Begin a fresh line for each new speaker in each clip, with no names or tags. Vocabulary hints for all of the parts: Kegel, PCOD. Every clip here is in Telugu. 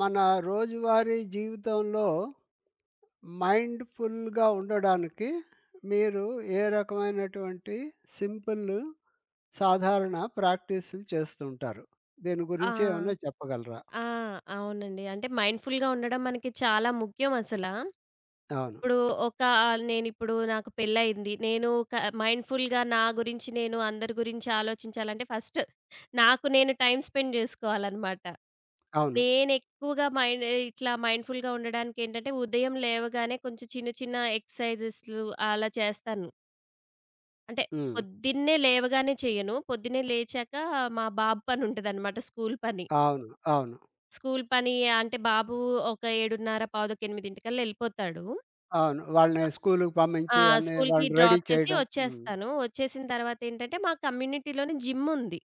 మన రోజువారీ జీవితంలో మైండ్‌ఫుల్‌గా ఉండడానికి మీరు ఏ రకమైనటువంటి సింపుల్, సాధారణ ప్రాక్టీసులు చేస్తుంటారు? దీని
ఆ!
గురించి ఏమన్నా చెప్పగలరా?
ఆ! అవునండి. అంటే మైండ్‌ఫుల్‌గా ఉండడం మనకి చాలా ముఖ్యం అసల.
అవును.
ఇప్పుడు ఒక నాకు పెళ్లయింది. నేను క మైండ్‌ఫుల్‌గా నా గురించి నేను అందరి గురించి ఆలోచించాలంటే ఫస్ట్ నాకు నేను టైమ్ స్పెండ్ జేసుకోవాలనమాట.
అవును.
నేనెక్కువగా మైండ్ ఇట్లా మైండ్‌ఫుల్‌గా ఉండడానికేంటంటే ఉదయం లేవగానే కొంచెం చిన్న చిన్న ఎక్సర్‌సైజెస్‌లు అలా చేస్తాను. అంటే
హ్మ్.
పొద్దున్నే లేవగానే చెయ్యను. పొద్దున్నే లేచాక మా బాబు పనుంటదనమాట, స్కూలు పని.
అవును. అవును.
స్కూల్ పని అంటే బాబు ఒక 7:30, పావుతక్కువ 8:00 ఎళ్ళిపోతాడు.
అవును. వాళ్ళని స్కూలుకి
ఆ!
పంపించి అన్నీ
స్కూల్‌కి
వాళ్ళని రెడీ
డ్రాప్ చేసి
చేయడం. హ్మ్.
వచ్చేస్తాను. వచ్చేసిన తర్వాతేంటంటే, మా కమ్యూనిటీలోనే జిమ్ ఉంది.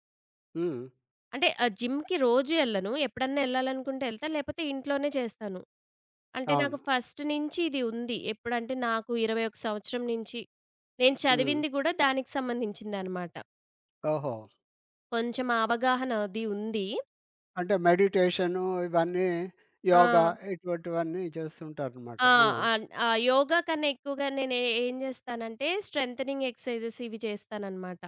హ్మ్.
అంటే జిమ్‌కి రోజు ఎళ్ళను. ఎప్పుడన్నా ఎళ్ళాలనుకుంటే ఎళ్తా, లేపోతే ఇంట్లోనే చేస్తాను. అంటే నాకు
అవును.
ఫస్ట్ నుంచి ఇది ఉంది. ఎప్పుడంటే నాకు 21 సంవత్సరం నుంచి నేను
హ్మ్.
చదివింది గూడా దానికి సంబంధించిందనమాట.
ఓహో!
కొంచెం ఆ అవగాహన అది ఉంది.
అంటే మెడిటేషను ఇవన్నీ
ఆ!
యోగా ఇటువంటివన్నీ చేస్తుంటారనమాట.
ఆ!
ఆ!
అన్ ఆ! యోగా కన్నా ఎక్కువగా నేను ఏం జేస్తానంటే, స్ట్రెంథెనింగ్ ఎక్సర్సైజెస్ ఇవి చేస్తాననమాట.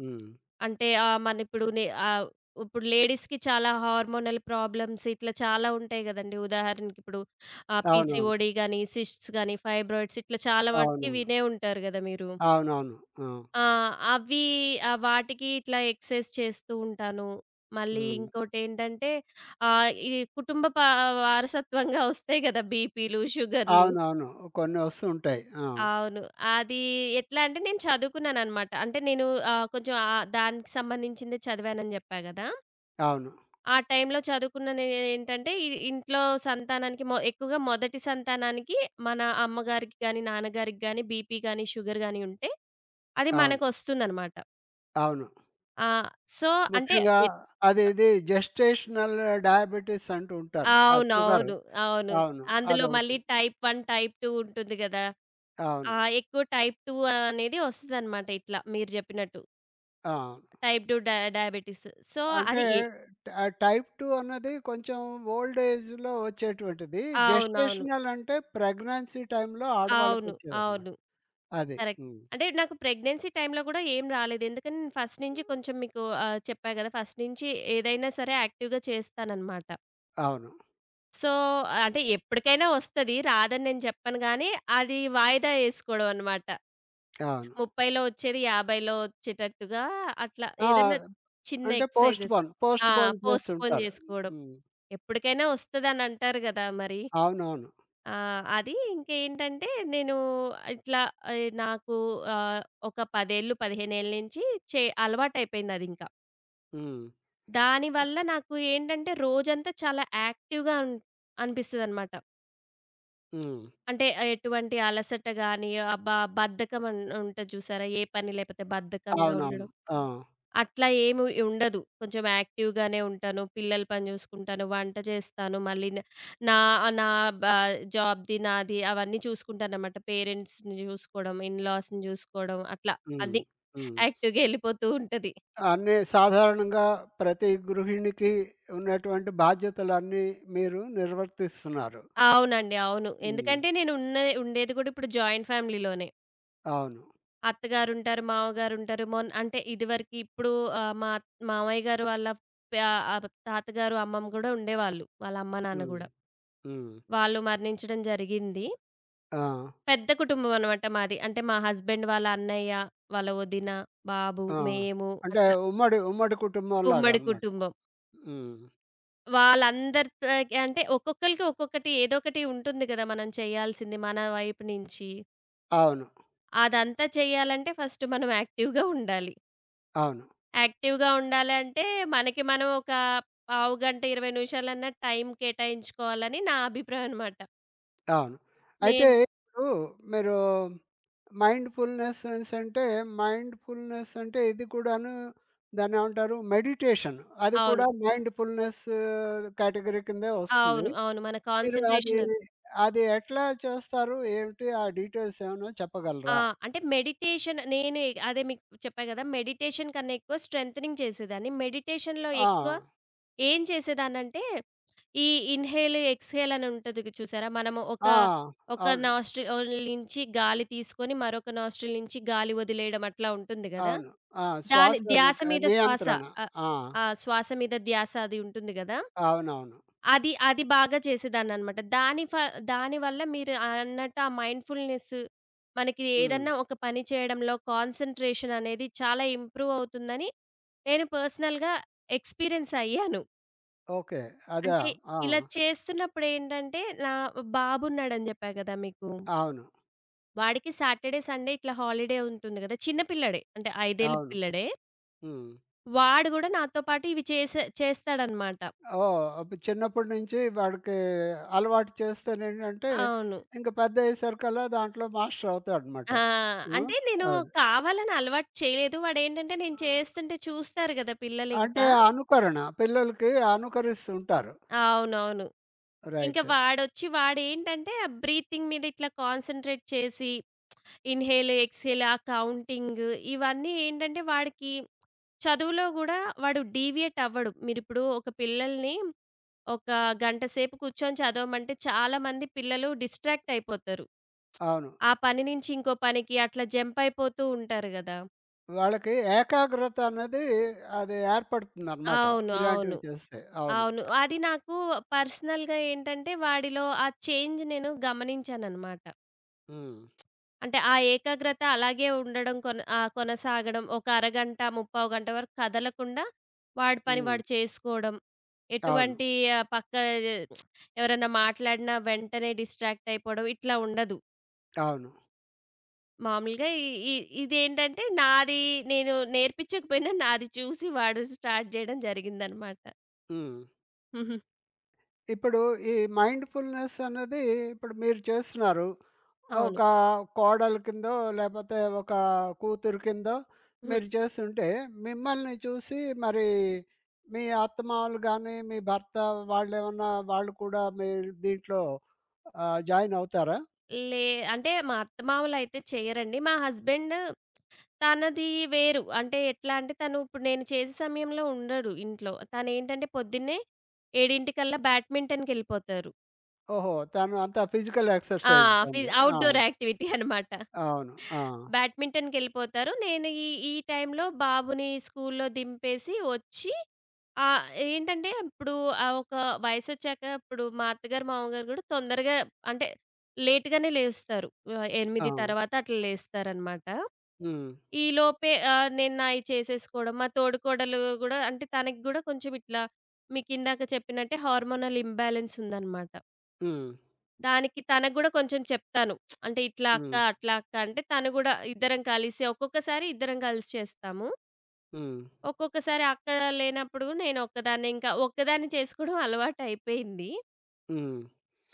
హ్మ్.
అంటే ఆహ్, మనిప్పుడు నే ఆహ్, ఇప్పుడు లేడీస్‌కి చాలా హార్మోనల్ ప్రాబ్లమ్స్ ఇట్లా చాలా ఉంటాయి గదండీ. ఉదాహరణకిప్పుడు
అవునవును.
పీసీఓడీ గాని, సిస్ట్స్ గాని, ఫైబ్రాయిడ్స్ ఇట్లా చాలా వాటికి
అవునవును.
వినే ఉంటారు గదా మీరు.
అవునవును. ఆ!
ఆ! అవి వాటికి ఇట్లా ఎక్సర్సైజ్ చేస్తూ ఉంటాను. మళ్ళీ
హ్మ్.
ఇంకోటేంటంటే, ఆహ్, ఈ కుటుంబ పా వారసత్వంగా ఒస్తాయి గదా బీపీలు, షుగర్‌లు.
అవునవును. కొన్ని వస్తూ ఉంటాయి. ఆ!
అవును. అది ఎట్లా అంటే నేను చదువుకున్నాననమాట. అంటే నేను కొంచెం దానికి సంబంధించిందే చదివానని జెప్పా గదా!
అవును.
ఆ టైంలో చదువుకున్న నేనేంటంటే ఇంట్లో సంతానానికి, ఎక్కువగా మొదటి సంతానానికి మన అమ్మగారికి గాని, నాన్నగారికి గాని బీపీ గాని, షుగర్ గాని ఉంటే అది
అవును.
మనకొస్తుందనమాట.
అవును.
ఆ! సో, అంటే
ముఖ్యంగా
ఎ
అది ఇది జెస్టేషనల్ డయాబెటిస్ అంటూ ఉంటారు. ఆ షుగర్.
అవునవును. అవును.
అవును.
అందులో మళ్ళీ
అదొకటి.
టైప్ 1, టైప్ 2 ఉంటుంది గదా!
అవును.
ఆ! ఎక్కువ టైప్ 2 అనేది ఒస్తదనమాట, ఇట్లా మీరు జెప్పినట్టు.
ఆ!
Type 2 diabetes. సో,
అంటే
అది ఏ
టైప్ 2 అన్నది కొంచెం ఓల్డ్ ఏజ్‌లో వచ్చేటువంటిది.
అవునవును.
జెస్టేషనల్ అంటే ప్రెగ్నెన్సీ టైమ్‌లో
అవును.
ఆడవాళ్ళకొచ్చేదన్నమాట.
అవును.
అది.
కరెక్ట్.
హ్మ్.
అంటే నాకు ప్రెగ్నెన్సీ టైమ్‌లో గూడా ఏం రాలేదు. ఎందుకంటే నేను ఫస్ట్ నుంచి కొంచెం మీకు చెప్పా గదా! ఫస్ట్ నుంచి ఏదైనా సరే యాక్టివ్‌గా చేస్తాననమాట.
అవును.
సో, అంటే ఎప్పటికైనా వస్తది. రాదని నేను చెప్పను గానీ, అది వాయిదా యేసుకోవడం అనమాట.
అవును.
30లో వచ్చేది 50లో వచ్చేటట్టుగా అట్లా ఏదన్నా
ఆ!
చిన్న
అంటే
ఎక్సర్‌సైజెస్.
పోస్ట్‌పోన్,
ఆ!
పోస్ట్‌పోన్
పోస్ట్‌పోన్
చేస్తుంటారు.
జేసుకోవడం.
హ్మ్.
ఎప్పటికైనా వస్తదని అంటారు గదా మరి!
అవునవును.
ఆ! అది ఇంకేంటంటే, నేను ఇట్లా నాకు ఆహ్, ఒక 10 ఏళ్ళు, 15 ఏళ్ల నుంచి అలవాటయిపోయిందదింకా.
హ్మ్.
దానివల్ల నాకు ఏంటంటే రోజంతా చాలా యాక్టివ్‌గా అనిపిస్తదనమాట.
హ్మ్.
అంటే ఎటువంటి అలసట గాని, అబ్బా! బద్ధకం ఉంటది చూసారా? ఏ పని లేకపోతే బద్ధకంగా
అవునవును.
ఉండడం.
ఆ!
అట్లా ఏమి ఉండదు. కొంచెం యాక్టివ్‌గానే ఉంటాను. పిల్లల పని చూసుకుంటాను, వంట చేస్తాను. మళ్ళీ న నా నా బా జాబ్‌ది, నాది అవన్నీ చూసుకుంటాననమాట. పేరెంట్స్‌ని చూసుకోవడం, ఇన్‌లాస్‌ని చూసుకోవడం, అట్లా
హ్మ్.
అన్నీ
హ్మ్.
యాక్టివ్‌గా ఎళ్ళిపోతూ ఉంటది.
అన్నీ సాధారణంగా ప్రతి గృహిణికి ఉన్నటువంటి బాధ్యతలన్నీ మీరు నిర్వర్తిస్తున్నారు.
అవునండి. అవును.
హ్మ్.
ఎందుకంటే నేను ఉన్న ఉండేది కూడా ఇప్పుడు జాయింట్ ఫ్యామిలీలోనే.
అవును.
అత్తగారుంటారు, మావగారుంటారు. మొన్ అంటే ఇదివరకు ఇప్పుడు మా మామయ్య గారు వాళ్ళ తాతగారు, అమ్మమ్మ కూడా ఉండేవాళ్ళు. వాళ్ళ అమ్మ, నాన్న
హ్మ్.
గూడా.
హ్మ్.
వాళ్ళు మరణించడం జరిగింది.
ఆ!
పెద్ద కుటుంబం అనమాట మాది. అంటే మా హస్బెండ్ వాళ్ళ అన్నయ్య, వాళ్ళ వదిన, బాబు,
ఆ!
మేము
అంటే
అట్లా
ఉమ్మడి, ఉమ్మడి కుటుంబంలాగా
ఉమ్మడి
అన్నమాట.
కుటుంబం.
హ్మ్.
వాళ్ళందరితోకి అంటే ఒక్కొక్కళ్ళకి ఒక్కొక్కటి ఏదో ఒకటి ఉంటుంది కదా! మనం చేయాల్సింది మన వైపు నుంచి.
అవును.
అదంతా చేయాలంటే ఫస్ట్ మనం యాక్టివ్‌గా ఉండాలి.
అవును.
యాక్టివ్‌గా ఉండాలంటే మనకి మనం ఒక పావు గంట, 20 నిమిషాలన్నా టైం కేటాయించుకోవాలని నా అభిప్రాయం అనమాట.
అవును. అయితే
నేను
ఇప్పుడు మీరు మైండ్‌ఫుల్‌నెస్ అనేసి అంటే మైండ్‌ఫుల్‌నెస్ అంటే ఇది కూడాను దాన్నేమంటారు? మెడిటేషన్. అది
అవును.
కూడా మైండ్‌ఫుల్‌నెస్ కేటగరీ కిందే వస్తుంది.
అవును. అవును. మన
మీరు అది
కాన్సంట్రేషన్.
అది ఎట్లా చేస్తారు? ఏమిటి? ఆ డీటెయిల్స్ ఏమైనా
ఆ!
చెప్పగలరా?
అంటే మెడిటేషన్ నేను అదే మీకు చెప్పా గదా! మెడిటేషన్ కన్నా ఎక్కువ స్ట్రెంథెనింగ్ చేసేదాన్ని. మెడిటేషన్‌లో
ఆ!
ఎక్కువ ఏం చేసేదాన్నంటే, ఈ ఇన్‌హేల్, ఎక్స్‌హేల్ అని ఉంటది చూసారా? మనము ఒక
ఆ!
ఒక
అవును.
నాస్ట్రిల్ నుంచి గాలి తీసుకొని, మరొక నాస్ట్రిల్ నుంచి గాలి వదిలేయడం అట్లా ఉంటుంది గదా!
అవును. ఆ!
దాని
శ్వాస
ధ్యాస మీద శ్వాస.
నియంత్రణ.
ఆహ్,
ఆ!
ఆ! శ్వాస మీద ధ్యాస అది ఉంటుంది గదా!
అవునవును.
అది, అది బాగా చేసేదాన్ననమాట. దాని వల్ల మీరు అన్నట్టు ఆ మైండ్‌ఫుల్‌నెస్ మనకి
హ్మ్.
ఏదన్నా ఒక పని చేయడంలో కాన్సంట్రేషన్ అనేది చాలా ఇంప్రూవ్ అవుతుందని నేను పర్సనల్‌గా ఎక్స్‌పీరియన్స్ అయ్యాను.
ఓకే. అదా!
అంటే
ఆ!
ఇలా చేస్తున్నప్పుడు ఏంటంటే, నా బాబున్నాడని జెప్పా గదా మీకు.
అవును.
వాడికి సాటర్‌డే, సండే ఇట్లా హాలిడే ఉంటుంది గదా! చిన్న పిల్లాడే, అంటే 5 ఏళ్ల
అవును.
పిల్లాడే.
హ్మ్.
వాడు గూడా నాతో పాటు ఇవి చేస్తాడనమాట.
ఓహ్! అప్పుడు చిన్నప్పటి నుంచి వాడికి అలవాటు చేస్తేనేంటంటే,
అవును.
ఇంక పెద్దయ్యేసరికల్లా దాంట్లో మాస్టర్ అవుతాడనమాట.
ఆ!
ఆ!
అంటే నేను
అది.
కావాలని అలవాటు చేయలేదు. వాడేంటంటే నేను చేస్తుంటే చూస్తారు గదా
అంటే
పిల్లలింకా.
అనుకరణ. పిల్లలకి అనుకరిస్తుంటారు.
అవునవును. ఇంక
రైట్.
వాడొచ్చి వాడేంటంటే ఆ బ్రీతింగ్ మీద ఇట్లా కాన్సంట్రేట్ చేసి, ఇన్‌హేల్, ఎక్స్‌హేల్ ఆ కౌంటింగ్ ఇవన్నీ ఏంటంటే వాడికి చదువులో గూడా వాడు డీవియేట్ అవ్వడు. మీరిప్పుడు ఒక పిల్లల్ని ఒక గంట సేపు కూర్చొని చదవమంటే చాలామంది పిల్లలు డిస్ట్రాక్ట్ అయిపోతారు.
అవును.
ఆ పని నుంచి ఇంకో పనికి అట్లా జంప్ అయిపోతూ ఉంటారు గదా!
వాళ్ళకి ఏకాగ్రత అన్నది అది ఏర్పడుతుందనమాట.
అవును. అవును.
ఇలాంటివి చేస్తే. అవును.
అవును. అది నాకు పర్సనల్‌గా ఏంటంటే, వాడిలో ఆ చేంజ్ నేను గమనించాననమాట.
హ్మ్.
అంటే, ఆ ఏకాగ్రత అలాగే ఉండడం, కొనసాగడం. ఒక అరగంట, ముప్పావు గంట వరకు కదలకుండా, వాడి పని
హ్మ్.
వాడు చేసుకోవడం.
అవును.
ఎటువంటి ఆహ్, పక్క ఎవరన్నా మాట్లాడినా వెంటనే డిస్ట్రాక్ట్ అయిపోవడం, ఇట్లా ఉండదు.
అవును.
మామూలుగా ఈ ఈ ఇదేంటంటే, నేను నేర్పించకపోయినా, నాది చూసి వాడు స్టార్ట్ జేయడం జరిగిందనమాట.
హ్మ్. ఇప్పుడు ఈ మైండ్‌ఫుల్‌నెస్ అన్నది ఇప్పుడు మీరు చేస్తున్నారు.
అవును.
ఒక కోడలు కిందో, లేపోతే ఒక కూతురు కిందో మీరు చేస్తుంటే, మిమ్మల్ని చూసి మరి మీ అత్తమామలు గాని, మీ భర్త వాళ్ళేమన్నా వాళ్ళు కూడా మీరు దీంట్లో జాయిన్ అవుతారా?
లే అంటే మా అత్తమామలైతే చెయ్యరండి. మా హస్బెండ్ తనది వేరు. అంటే ఎట్లా అంటే తను ఇప్పుడు నేను చేసే సమయంలో ఉండడు ఇంట్లో. తనేంటంటే పొద్దున్నే 7:00కల్లా బ్యాడ్మింటన్‌కెళ్ళిపోతారు.
ఓహో! తను అంతా ఫిజికల్
ఆ!
ఎక్సర్‌సైజ్ తనది. ఆ!
అవుట్‌డోర్ యాక్టివిటీ అనమాట.
అవును. ఆ!
బ్యాడ్మింటన్‌కెళ్ళిపోతారు. నేను ఈ ఈ టైంలో బాబుని స్కూల్లో దింపేసి వచ్చి ఆహ్, ఏంటంటే ఇప్పుడు ఒక వయసొచ్చాక ఇప్పుడు మా అత్తగారు, మామగారు గూడా తొందరగా అంటే లేట్‌గానే లేస్తారు.
ఆ!
8 తర్వాత అట్లా లేస్తారనమాట.
హ్మ్.
ఈలోపే నేను నాయి చేసేసుకోవడం, మా తోడికోడలు గూడా అంటే తనకి గూడా కొంచెం ఇట్లా మీకిందాక చెప్పినట్టే హార్మోనల్ ఇంబ్యాలెన్స్ ఉందనమాట.
హ్మ్.
దానికి తనకు గూడా కొంచెం చెప్తాను. అంటే ఇట్లా అక్క,
హ్మ్.
అట్లా అక్క అంటే తను గూడా ఇద్దరం కలిసి ఒక్కొక్కసారి ఇద్దరం కలిసి చేస్తాము.
హ్మ్.
ఒక్కొక్కసారి అక్క లేనప్పుడు నేను ఒక్కదాన్నే ఇంకా ఒక్కదాన్ని చేసుకోవడం అలవాటయిపోయింది.
హ్మ్.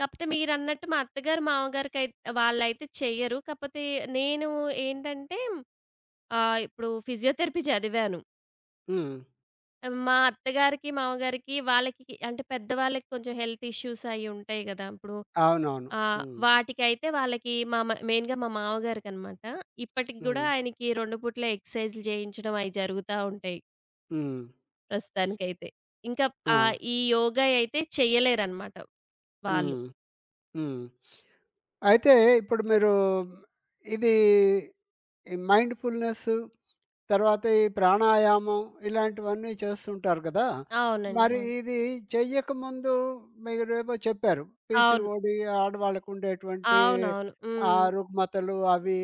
కాపోతే మీరన్నట్టు మా అత్తగారు, మామగారికై వాళ్ళైతే చెయ్యరు. కాపోతే నేను ఏంటంటే ఇప్పుడు ఫిజియోథెరపీ చదివాను.
హ్మ్.
మా అత్తగారికి, మామగారికి వాళ్ళకి అంటే పెద్దవాళ్ళకి కొంచెం హెల్త్ ఇష్యూస్ అయ్యి ఉంటాయి గదా ఇప్పుడు!
అవునవును.
ఆ!
హ్మ్.
వాటికైతే వాళ్ళకి మా మ మెయిన్‌గా మా మామగారికనమాట. ఇప్పటికి గూడా
హ్మ్.
ఆయనకి 2 పూట్ల ఎక్సర్‌సైజ్‌లు చేయించడం అయి జరుగుతా ఉంటాయి
హ్మ్.
ప్రస్తుతానికైతే. ఇంకా
ఆ!
ఈ యోగా అయితే చెయ్యలేరనమాట వాళ్ళు.
హ్మ్. హ్మ్. అయితే ఇప్పుడు మీరు ఇది ఈ మైండ్‌ఫుల్‌నెస్ తర్వాత ఈ ప్రాణాయామం ఇలాంటివన్నీ చేస్తుంటారు కదా!
అవునండి.
మరి
అవును.
ఇది చెయ్యకముందు మీరేవో చెప్పారు.
అవును.
పీసీఓడీ ఆడవాళ్ళకుండేటువంటి
అవునవును.
ఆ
హ్మ్.
రుగ్మతలు అవి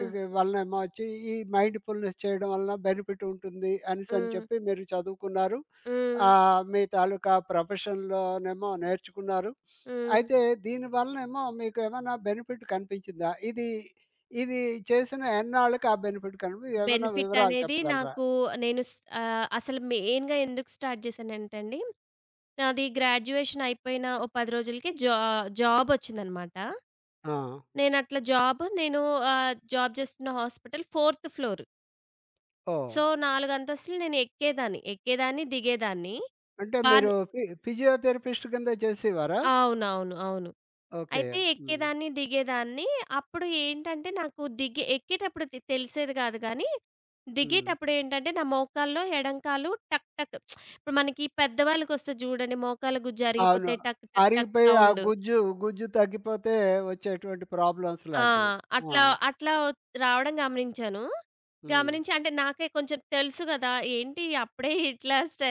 హ్మ్.
వలనేమో వచ్చి ఈ మైండ్‌ఫుల్‌నెస్ చేయడం వలన బెనిఫిట్ ఉంటుంది అనేసని
హ్మ్.
చెప్పి మీరు చదువుకున్నారు.
హ్మ్.
మీ తాలూకా ప్రొఫెషన్‌లోనేమో నేర్చుకున్నారు.
హ్మ్.
అయితే దీని వలనేమో మీకేమన్నా బెనిఫిట్ కనిపించిందా? ఇది ఇది చేసిన ఎన్నాళ్ళకి ఆ బెనిఫిట్ కనిపి ఏమైనా
బెనిఫిట్
వివరాలు
అనేది
చెప్పగలరా?
నాకు నేను స్ అసలు మెయిన్‌గా ఎందుకు స్టార్ట్ చేశానంటే అండి, నాది గ్రాడ్యుయేషన్ అయిపోయిన ఓ 10 రోజులకి జాబొచ్చిందనమాట.
ఆ!
నేనట్లా జాబ్ నేను ఆహ్, జాబ్ చేస్తున్న హాస్పిటల్ ఫోర్త్ ఫ్లోర్.
ఓహ్!
సో, 4 అంతస్తులు నేను ఎక్కేదాన్ని. ఎక్కేదాన్ని, దిగేదాన్ని.
అంటే మీరు
బానే
ఫిజియోథెరపిస్ట్ కింద చేసేవారా?
అవునవును. అవును.
ఓకే.
అయితే
హ్మ్.
ఎక్కేదాన్ని, దిగేదాన్ని. అప్పుడు ఏంటంటే నాకు దిగే ఎక్కేటప్పుడు తెలిసేది కాదు గానీ,
హ్మ్.
దిగేటప్పుడు ఏంటంటే నా మోకాల్లో ఎడం కాలు టక్ టక్. ఇప్పుడు మనకి పెద్దవాళ్ళకొస్తది చూడండి, మోకాళ్ళ గుజ్జు
అవును.
అరిగిపోతే టక్ టక్ టక్
అరిగిపోయి ఆ
సౌండ్.
గుజ్జు, గుజ్జు తగ్గిపోతే వచ్చేటువంటి ప్రాబ్లమ్స్
ఆ!
లాంటివి. ఆ!
అట్లా, అట్లా రావడం గమనించాను.
హ్మ్.
గమనించి అంటే నాకే కొంచెం తెలుసు గదా! ఏంటి అప్పుడే ఇట్లా స్టె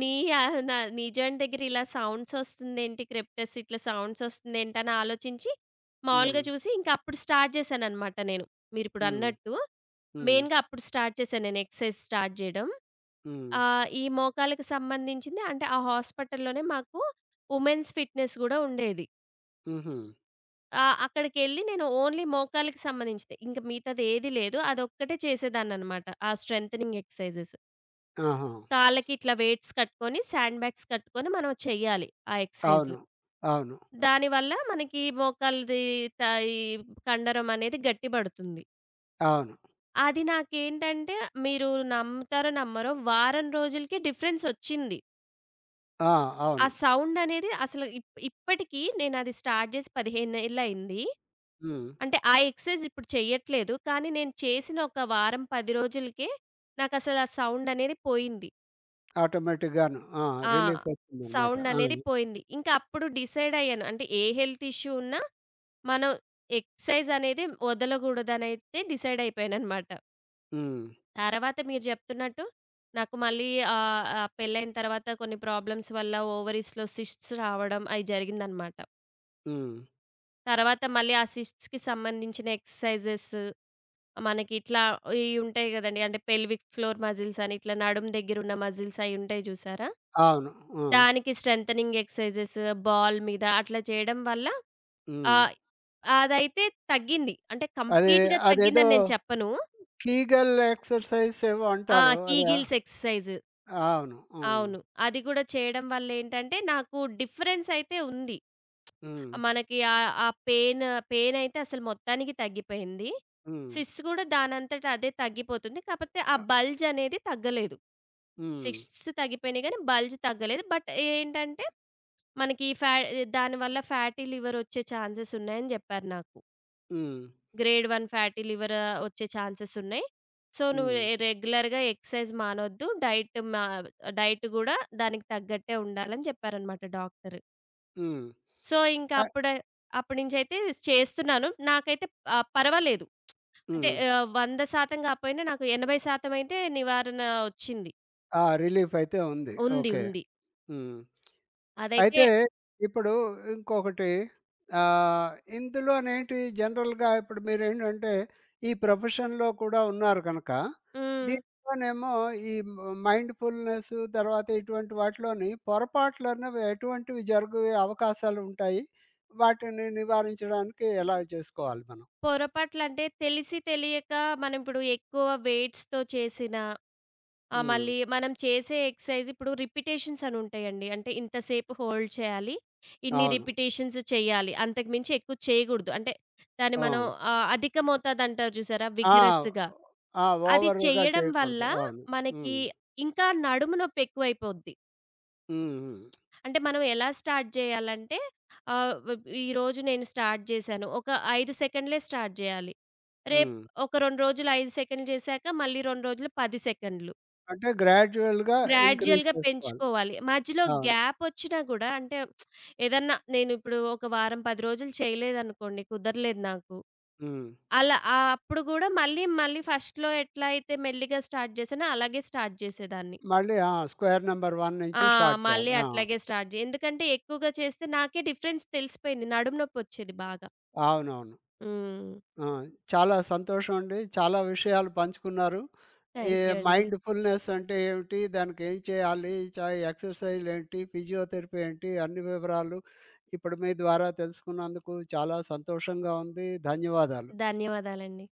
నీ ఆహ్, నా నీ జాయింట్ దగ్గర ఇలా సౌండ్స్ ఒస్తుందేంటి? క్రిప్టస్ ఇట్లా సౌండ్స్ ఒస్తుందేంటి? అని ఆలోచించి మామూలుగా
హ్మ్.
చూసి ఇంక అప్పుడు స్టార్ట్ చేశాననమాట నేను.
హ్మ్.
మీరిప్పుడన్నట్టు
హ్మ్.
మెయిన్‌గా అప్పుడు స్టార్ట్ చేశాను నేను ఎక్సర్‌సైజ్ స్టార్ట్ జేయడం.
హ్మ్.
ఈ మోకాళ్ళకి సంబంధించింది అంటే ఆ హాస్పిటల్‌లోనే మాకు వుమెన్స్ ఫిట్‌నెస్ గూడా ఉండేది.
హుహు.
ఆ! అక్కడికెళ్ళి నేను ఓన్లీ మోకాళ్ళకి సంబంధించిందే. ఇంక మిగతాదేది లేదు. అదొక్కటే చేసేదాన్ననమాట, ఆ స్ట్రెంథెనింగ్ ఎక్సర్‌సైజెస్.
ఆహా!
కాళ్ళకి ఇట్లా వెయిట్స్ కట్టుకొని, శాండ్ బ్యాగ్స్ కట్టుకొని మనం చెయ్యాలి ఆ ఎక్సర్‌సైజులు.
అవును. అవును.
దానివల్ల మనకి మోకాళ్ళది త ఈ కండరం అనేది గట్టిబడుతుంది.
అవును.
అది నాకేంటంటే, మీరు నమ్ముతారో నమ్మరో, వారం రోజులకి డిఫరెన్స్ ఒచ్చింది.
ఆ!
ఆ
అవును.
సౌండనేది అసలు ఇప్పటికి నేనది స్టార్ట్ జేసి 15 ఏళ్లయింది.
హ్మ్.
అంటే ఆ ఎక్సర్‌సైజ్ ఇప్పుడు చెయ్యట్లేదు. కానీ నేను చేసిన ఒక వారం, 10 రోజులకే నాకసలు ఆ సౌండనేది పోయింది.
ఆటోమేటిక్‌గాను. ఆ!
ఆ!
రిలీఫ్ వచ్చిందనమాట. ఆ!
సౌండనేది పోయింది. ఇంకా అప్పుడు డిసైడయ్యాను. అంటే ఏ హెల్త్ ఇష్యూ ఉన్నా మనం ఎక్సర్‌సైజనేది వదలగూడదనైతే డిసైడయిపోయాననమాట.
హ్మ్.
తర్వాత మీరు జెప్తున్నట్టు నాకు మళ్ళీ ఆహ్, ఆహ్, పెళ్ళైన తర్వాత కొన్ని ప్రాబ్లమ్స్ వల్ల ఓవరీస్‌లో సిస్ట్స్ రావడం అయి జరిగిందనమాట.
హ్మ్.
తర్వాత మళ్ళీ ఆ సిస్ట్స్‌కి సంబంధించిన ఎక్సర్‌సైజెస్ మనకి ఇట్లా ఉంటాయి గదండీ. అంటే పెల్విక్ ఫ్లోర్ మజిల్స్ అని ఇట్లా నడుము దగ్గరున్న మజిల్స్ అయి ఉంటాయి జూసారా?
అవును. ఆ!
దానికి స్ట్రెంథెనింగ్ ఎక్సర్‌సైజెస్ బాల్ మీద అట్లా చేయడం వల్ల
హ్మ్.
ఆహ్, అదైతే తగ్గింది. అంటే
అది
కంప్లీట్‌గా
అదేదో
తగ్గిందని నేను చెప్పను.
కీగల్ ఎక్సర్‌సైజ్ ఏవో
ఆ!
అంటారు. అదా?
Kegels exercise.
అవును. హ్మ్.
అవును. అది గూడా చేయడం వల్లేంటంటే నాకు డిఫరెన్స్ అయితే ఉంది.
హ్మ్.
మనకి పెయినయితే అసలు మొత్తానికి తగ్గిపోయింది.
హ్మ్.
సిస్ గూడా దానంతట అదే తగ్గిపోతుంది. కాపోతే ఆ
అ
బల్జ్ అనేది తగ్గలేదు.
హ్మ్.
సిస్ట్స్ తగ్గిపోయినాయి గానీ బల్జ్ తగ్గలేదు. బట్ ఏంటంటే మనకి దానివల్ల ఫ్యాటీ లివర్ వచ్చే ఛాన్సెస్ ఉన్నాయని జెప్పారు నాకు.
హ్మ్.
గ్రేడ్ 1 ఫ్యాటీ లివర్ వచ్చే ఛాన్సెస్ ఉన్నాయి. సో, నువ్వు
హ్మ్.
రెగ్యులర్‌గా ఎక్సర్సైజ్ మానొద్దు. డైట్ గూడా దానికి తగ్గట్టే ఉండాలని జెప్పారనమాట డాక్టరు.
హ్మ్.
సో, ఇంక
అ
అప్పుడ అప్పటినుంచైతే చేస్తున్నాను. నాకైతే పర్వాలేదు. అంటే
హ్మ్.
100% కాకపోయినా నాకు 80% అయితే నివారణ వచ్చింది.
ఆ! రిలీఫ్ అయితే ఉంది.
ఉంది.
ఓకే.
ఉంది.
హ్మ్.
అదైతే
అయితే ఇప్పుడు ఇంకొకటి ఆహ్, ఇందులోనేంటి జనరల్‌గా ఇప్పుడు మీరేంటంటే, ఈ ప్రొఫెషన్‌లో కూడా ఉన్నారు గనక,
హ్మ్.
దీంట్లోనేమో ఈ మైండ్‌ఫుల్‌నెస్ తర్వాత ఇటువంటి వాటిలోని పొరపాట్లనేవి ఎటువంటివి జరిగే అవకాశాలు ఉంటాయి? వాటిని నివారించడానికి ఎలా చేసుకోవాలి మనం?
పొరపాట్లంటే తెలిసి తెలియక మనం ఇప్పుడు ఎక్కువ వెయిట్స్‌తో చేసినా ఆ!
హ్మ్.
మళ్ళీ మనం చేసే ఎక్సర్సైజ్ ఇప్పుడు రిపిటేషన్స్ అని ఉంటాయండి. అంటే ఇంతసేపు హోల్డ్ చేయాలి. ఇన్ని
అవును.
రిపిటేషన్స్ చేయాలి. అంతకు మించి ఎక్కువ చేయగూడదు. అంటే దాన్ని
ఆ!
మనం అధిక మోతాదు అంటారు చూసారా?
ఆ!
విగరస్‌గా.
ఆ!
అది
ఓవర్‌గా
చెయ్యడం వల్ల
చేయకూడదు. అవును.
మనకి
హ్మ్.
ఇంకా నడుము నొప్పి ఎక్కువైపోద్ది.
హ్మ్. హ్మ్.
అంటే మనం ఎలా స్టార్ట్ చేయాలంటే ఆహ్, వ్ ఈరోజు నేను స్టార్ట్ చేశాను. ఒక 5 సెకండ్లే స్టార్ట్ చేయాలి. రేపు
హ్మ్.
ఒక 2 రోజులు 5 సెకండ్లు చేశాక మళ్ళీ 2 రోజులు 10 సెకండ్లు.
అంటే గ్రాడ్యుయల్‌గా ఇంక్రీజ్
గ్రాడ్యుయల్‌గా
చేసుకోవాలి.
పెంచుకోవాలి. మధ్యలో
అవును.
గ్యాపొచ్చినా గూడా అంటే ఏదన్నా నేనిప్పుడు ఒక వారం, 10 రోజులు చేయలేదనుకోండి, కుదరలేదు నాకు.
హ్మ్.
అలా అప్పుడు గూడా మళ్ళీ, మళ్ళీ ఫస్ట్‌లో ఎట్లా అయితే మెల్లిగా స్టార్ట్ చేశానో అలాగే స్టార్ట్ చేసేదాన్ని.
మళ్ళీ ఆ! స్క్వేర్ నంబర్ 1 నుంచి
ఆ!
స్టార్ట్ చేయాలి.
మళ్ళీ
ఆ!
అట్లాగే స్టార్ట్ జే ఎందుకంటే ఎక్కువగా చేస్తే నాకే డిఫరెన్స్ తెలిసిపోయింది. నడుము నొప్పొచ్చేది బాగా.
అవునవును.
హ్మ్.
ఆ! చాలా సంతోషం అండి. చాలా విషయాలు పంచుకున్నారు. ఈ
థాంక్ యూ అండి.
మైండ్ ఫుల్‌నెస్ అంటే ఏమిటి? దానికి ఏం చేయాలి? ఎక్సర్‌సైజ్‌లు ఏంటి? ఫిజియోథెరపీ ఏంటి? అన్ని వివరాలు ఇప్పుడు మీ ద్వారా తెలుసుకున్నందుకు చాలా సంతోషంగా ఉంది. ధన్యవాదాలు.
ధన్యవాదాలండి.